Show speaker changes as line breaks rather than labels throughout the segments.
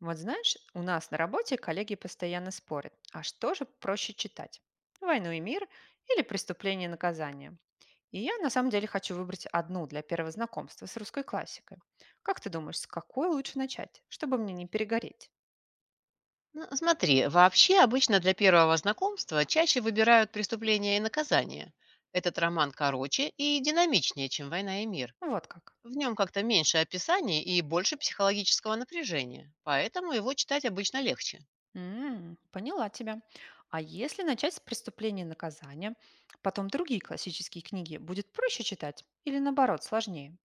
Вот знаешь, у нас на работе коллеги постоянно спорят, а что же проще читать? «Войну и мир» или «Преступление и наказание». И я на самом деле хочу выбрать одну для первого знакомства с русской классикой. Как ты думаешь, с какой лучше начать, чтобы мне не перегореть?
Ну, смотри, вообще обычно для первого знакомства чаще выбирают «Преступление и наказание». Этот роман короче и динамичнее, чем «Война и мир».
Вот как.
В нем как-то меньше описаний и больше психологического напряжения, поэтому его читать обычно легче.
М, поняла тебя. А если начать с «Преступления и наказания», потом другие классические книги, будет проще читать или наоборот сложнее?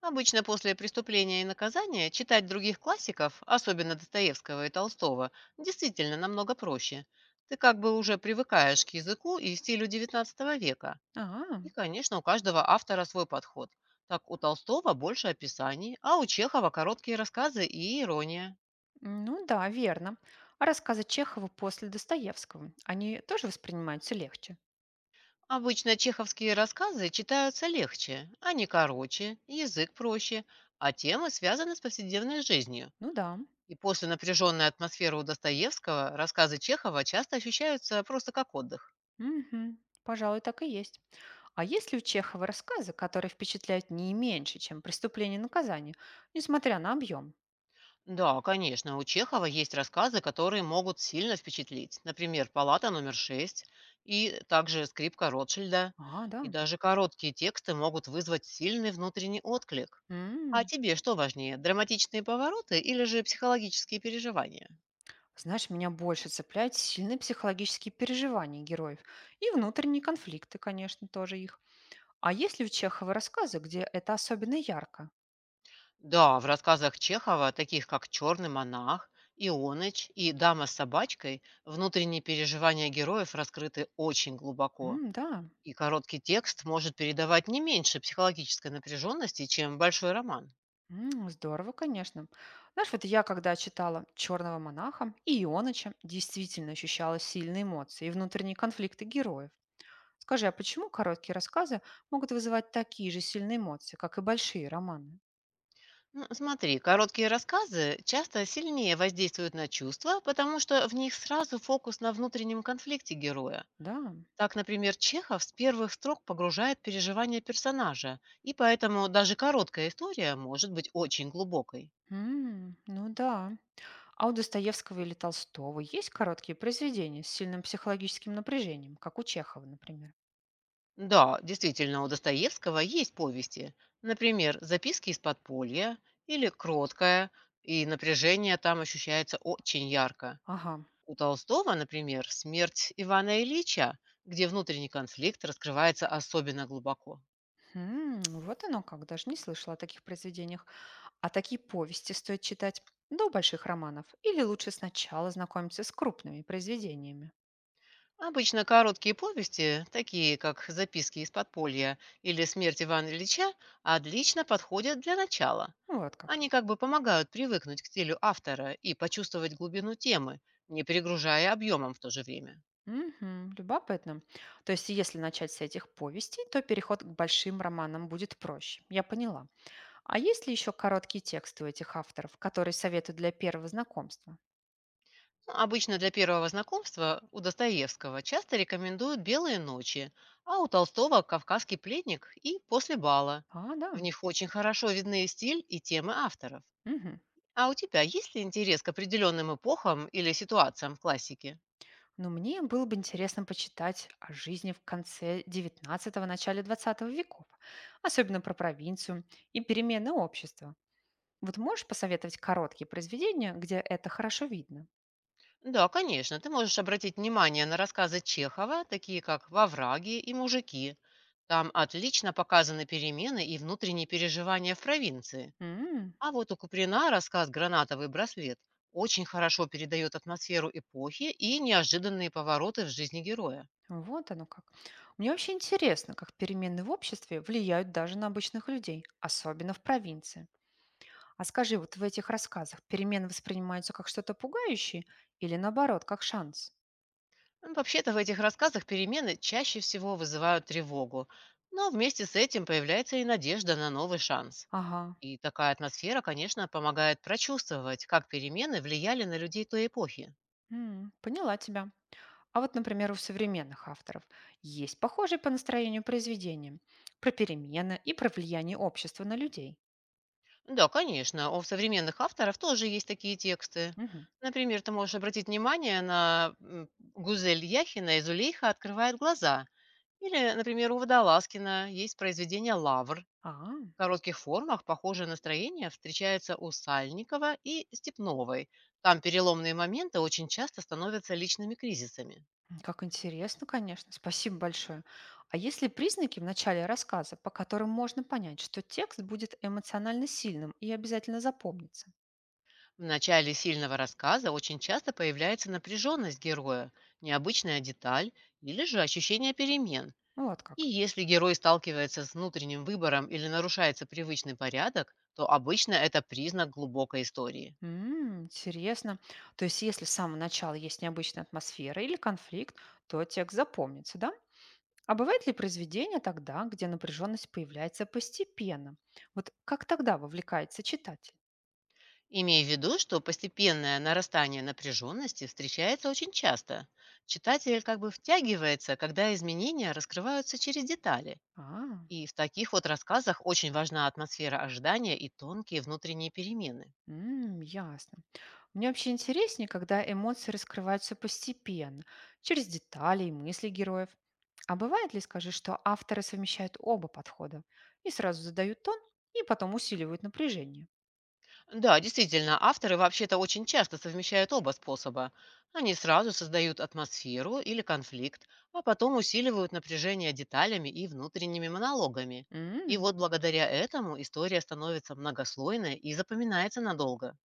Обычно после «Преступления и наказания» читать других классиков, особенно Достоевского и Толстого, действительно намного проще. Ты как бы уже привыкаешь к языку и стилю XIX века.
А,
И, конечно, у каждого автора свой подход. Так у Толстого больше описаний, а у Чехова короткие рассказы и ирония.
ну да, верно. А рассказы Чехова после Достоевского, они тоже воспринимаются легче?
Обычно чеховские рассказы читаются легче, они короче, язык проще, а темы связаны с повседневной жизнью.
Ну да.
И после напряженной атмосферы у Достоевского рассказы Чехова часто ощущаются просто как отдых.
Мгм. Пожалуй, так и есть. А есть ли у Чехова рассказы, которые впечатляют не меньше, чем «Преступление и наказание», несмотря на объем?
Да, конечно, у Чехова есть рассказы, которые могут сильно впечатлить. Например, «Палата номер шесть» и также «Скрипка Ротшильда».
А, да.
И даже короткие тексты могут вызвать сильный внутренний отклик. А
М.
тебе что важнее, драматичные повороты или же психологические переживания?
Знаешь, меня больше цепляют сильные психологические переживания героев и внутренние конфликты, конечно, тоже их. А есть ли у Чехова рассказы, где это особенно ярко?
Да, в рассказах Чехова, таких как «Черный монах», «Ионыч» и «Дама с собачкой», внутренние переживания героев раскрыты очень глубоко.
М, да.
И короткий текст может передавать не меньше психологической напряженности, чем большой роман.
М, здорово, конечно. Знаешь, вот я когда читала «Черного монаха» и «Ионыча», действительно ощущала сильные эмоции и внутренние конфликты героев. Скажи, а почему короткие рассказы могут вызывать такие же сильные эмоции, как и большие романы?
Ну, смотри, короткие рассказы часто сильнее воздействуют на чувства, потому что в них сразу фокус на внутреннем конфликте героя.
Да,
Так, например, Чехов с первых строк погружает переживания персонажа, и поэтому даже короткая история может быть очень глубокой.
м, ну да. А у Достоевского или Толстого есть короткие произведения с сильным психологическим напряжением, как у Чехова, например?
Да, действительно, у Достоевского есть повести. Например, «Записки из подполья» или «Кроткая», и напряжение там ощущается очень ярко.
Ага,
У Толстого, например, «Смерть Ивана Ильича», где внутренний конфликт раскрывается особенно глубоко.
м, вот оно как, даже не слышала о таких произведениях. А такие повести стоит читать до больших романов или лучше сначала знакомиться с крупными произведениями.
Обычно короткие повести, такие как «Записки из подполья» или «Смерть Ивана Ильича», отлично подходят для начала.
Ну, вот как.
Они как бы помогают привыкнуть к стилю автора и почувствовать глубину темы, не перегружая объемом в то же время.
Мгм, любопытно. То есть, если начать с этих повестей, то переход к большим романам будет проще. Я поняла. А есть ли еще короткие тексты у этих авторов, которые советуют для первого знакомства?
Ну, обычно для первого знакомства у Достоевского часто рекомендуют «Белые ночи», а у Толстого «Кавказский пленник» и «После бала».
А, да.
В них очень хорошо видны стиль и темы авторов.
Мгм.
А у тебя есть ли интерес к определенным эпохам или ситуациям в классике?
Но мне было бы интересно почитать о жизни в конце 19-го, начале 20 веков, особенно про провинцию и перемены общества. Вот можешь посоветовать короткие произведения, где это хорошо видно?
Да, конечно, ты можешь обратить внимание на рассказы Чехова, такие как «Вовраги» и «Мужики». Там отлично показаны перемены и внутренние переживания в провинции.
М,
А вот у Куприна рассказ «Гранатовый браслет» очень хорошо передает атмосферу эпохи и неожиданные повороты в жизни героя.
вот оно как. Мне вообще интересно, как перемены в обществе влияют даже на обычных людей, особенно в провинции. А скажи, вот в этих рассказах перемены воспринимаются как что-то пугающее или наоборот, как шанс?
Вообще-то в этих рассказах перемены чаще всего вызывают тревогу, но вместе с этим появляется и надежда на новый шанс.
Ага,
И такая атмосфера, конечно, помогает прочувствовать, как перемены влияли на людей той эпохи.
м, поняла тебя. А вот, например, у современных авторов есть похожие по настроению произведения про перемены и про влияние общества на людей.
Да, конечно, у современных авторов тоже есть такие тексты.
Мгм.
Например, ты можешь обратить внимание на Гузель Яхина и Зулейха «Открывает глаза». Или, например, у Водолазкина есть произведение «Лавр».
А,
В коротких формах похожее настроение встречается у Сальникова и Степновой. Там переломные моменты очень часто становятся личными кризисами.
м, как интересно, конечно. Спасибо большое. А есть ли признаки в начале рассказа, по которым можно понять, что текст будет эмоционально сильным и обязательно запомнится?
В начале сильного рассказа очень часто появляется напряженность героя, необычная деталь или же ощущение перемен.
Ну, вот
И
как.
если герой сталкивается с внутренним выбором или нарушается привычный порядок, то обычно это признак глубокой истории.
М, интересно. То есть, если с самого начала есть необычная атмосфера или конфликт, то текст запомнится, да? А бывает ли произведение тогда, где напряженность появляется постепенно? Вот как тогда вовлекается читатель?
Имея в виду, что постепенное нарастание напряженности встречается очень часто. Читатель как бы втягивается, когда изменения раскрываются через детали.
А,
И в таких вот рассказах очень важна атмосфера ожидания и тонкие внутренние перемены.
м, ясно. Мне вообще интереснее, когда эмоции раскрываются постепенно, через детали и мысли героев. А бывает ли, скажи, что авторы совмещают оба подхода и сразу задают тон, и потом усиливают напряжение?
Да, действительно, авторы вообще-то очень часто совмещают оба способа. Они сразу создают атмосферу или конфликт, а потом усиливают напряжение деталями и внутренними монологами. И вот благодаря этому история становится многослойной и запоминается надолго.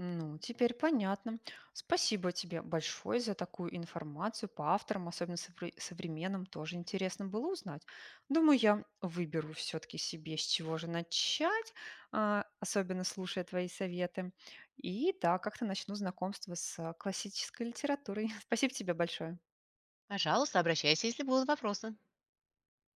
Ну, теперь понятно. Спасибо тебе большое за такую информацию по авторам, особенно современным, тоже интересно было узнать. Думаю, я выберу все-таки себе, с чего же начать, а, особенно слушая твои советы. И да, как-то начну знакомство с а, классической литературой. Спасибо тебе большое.
Пожалуйста, обращайся, если будут вопросы.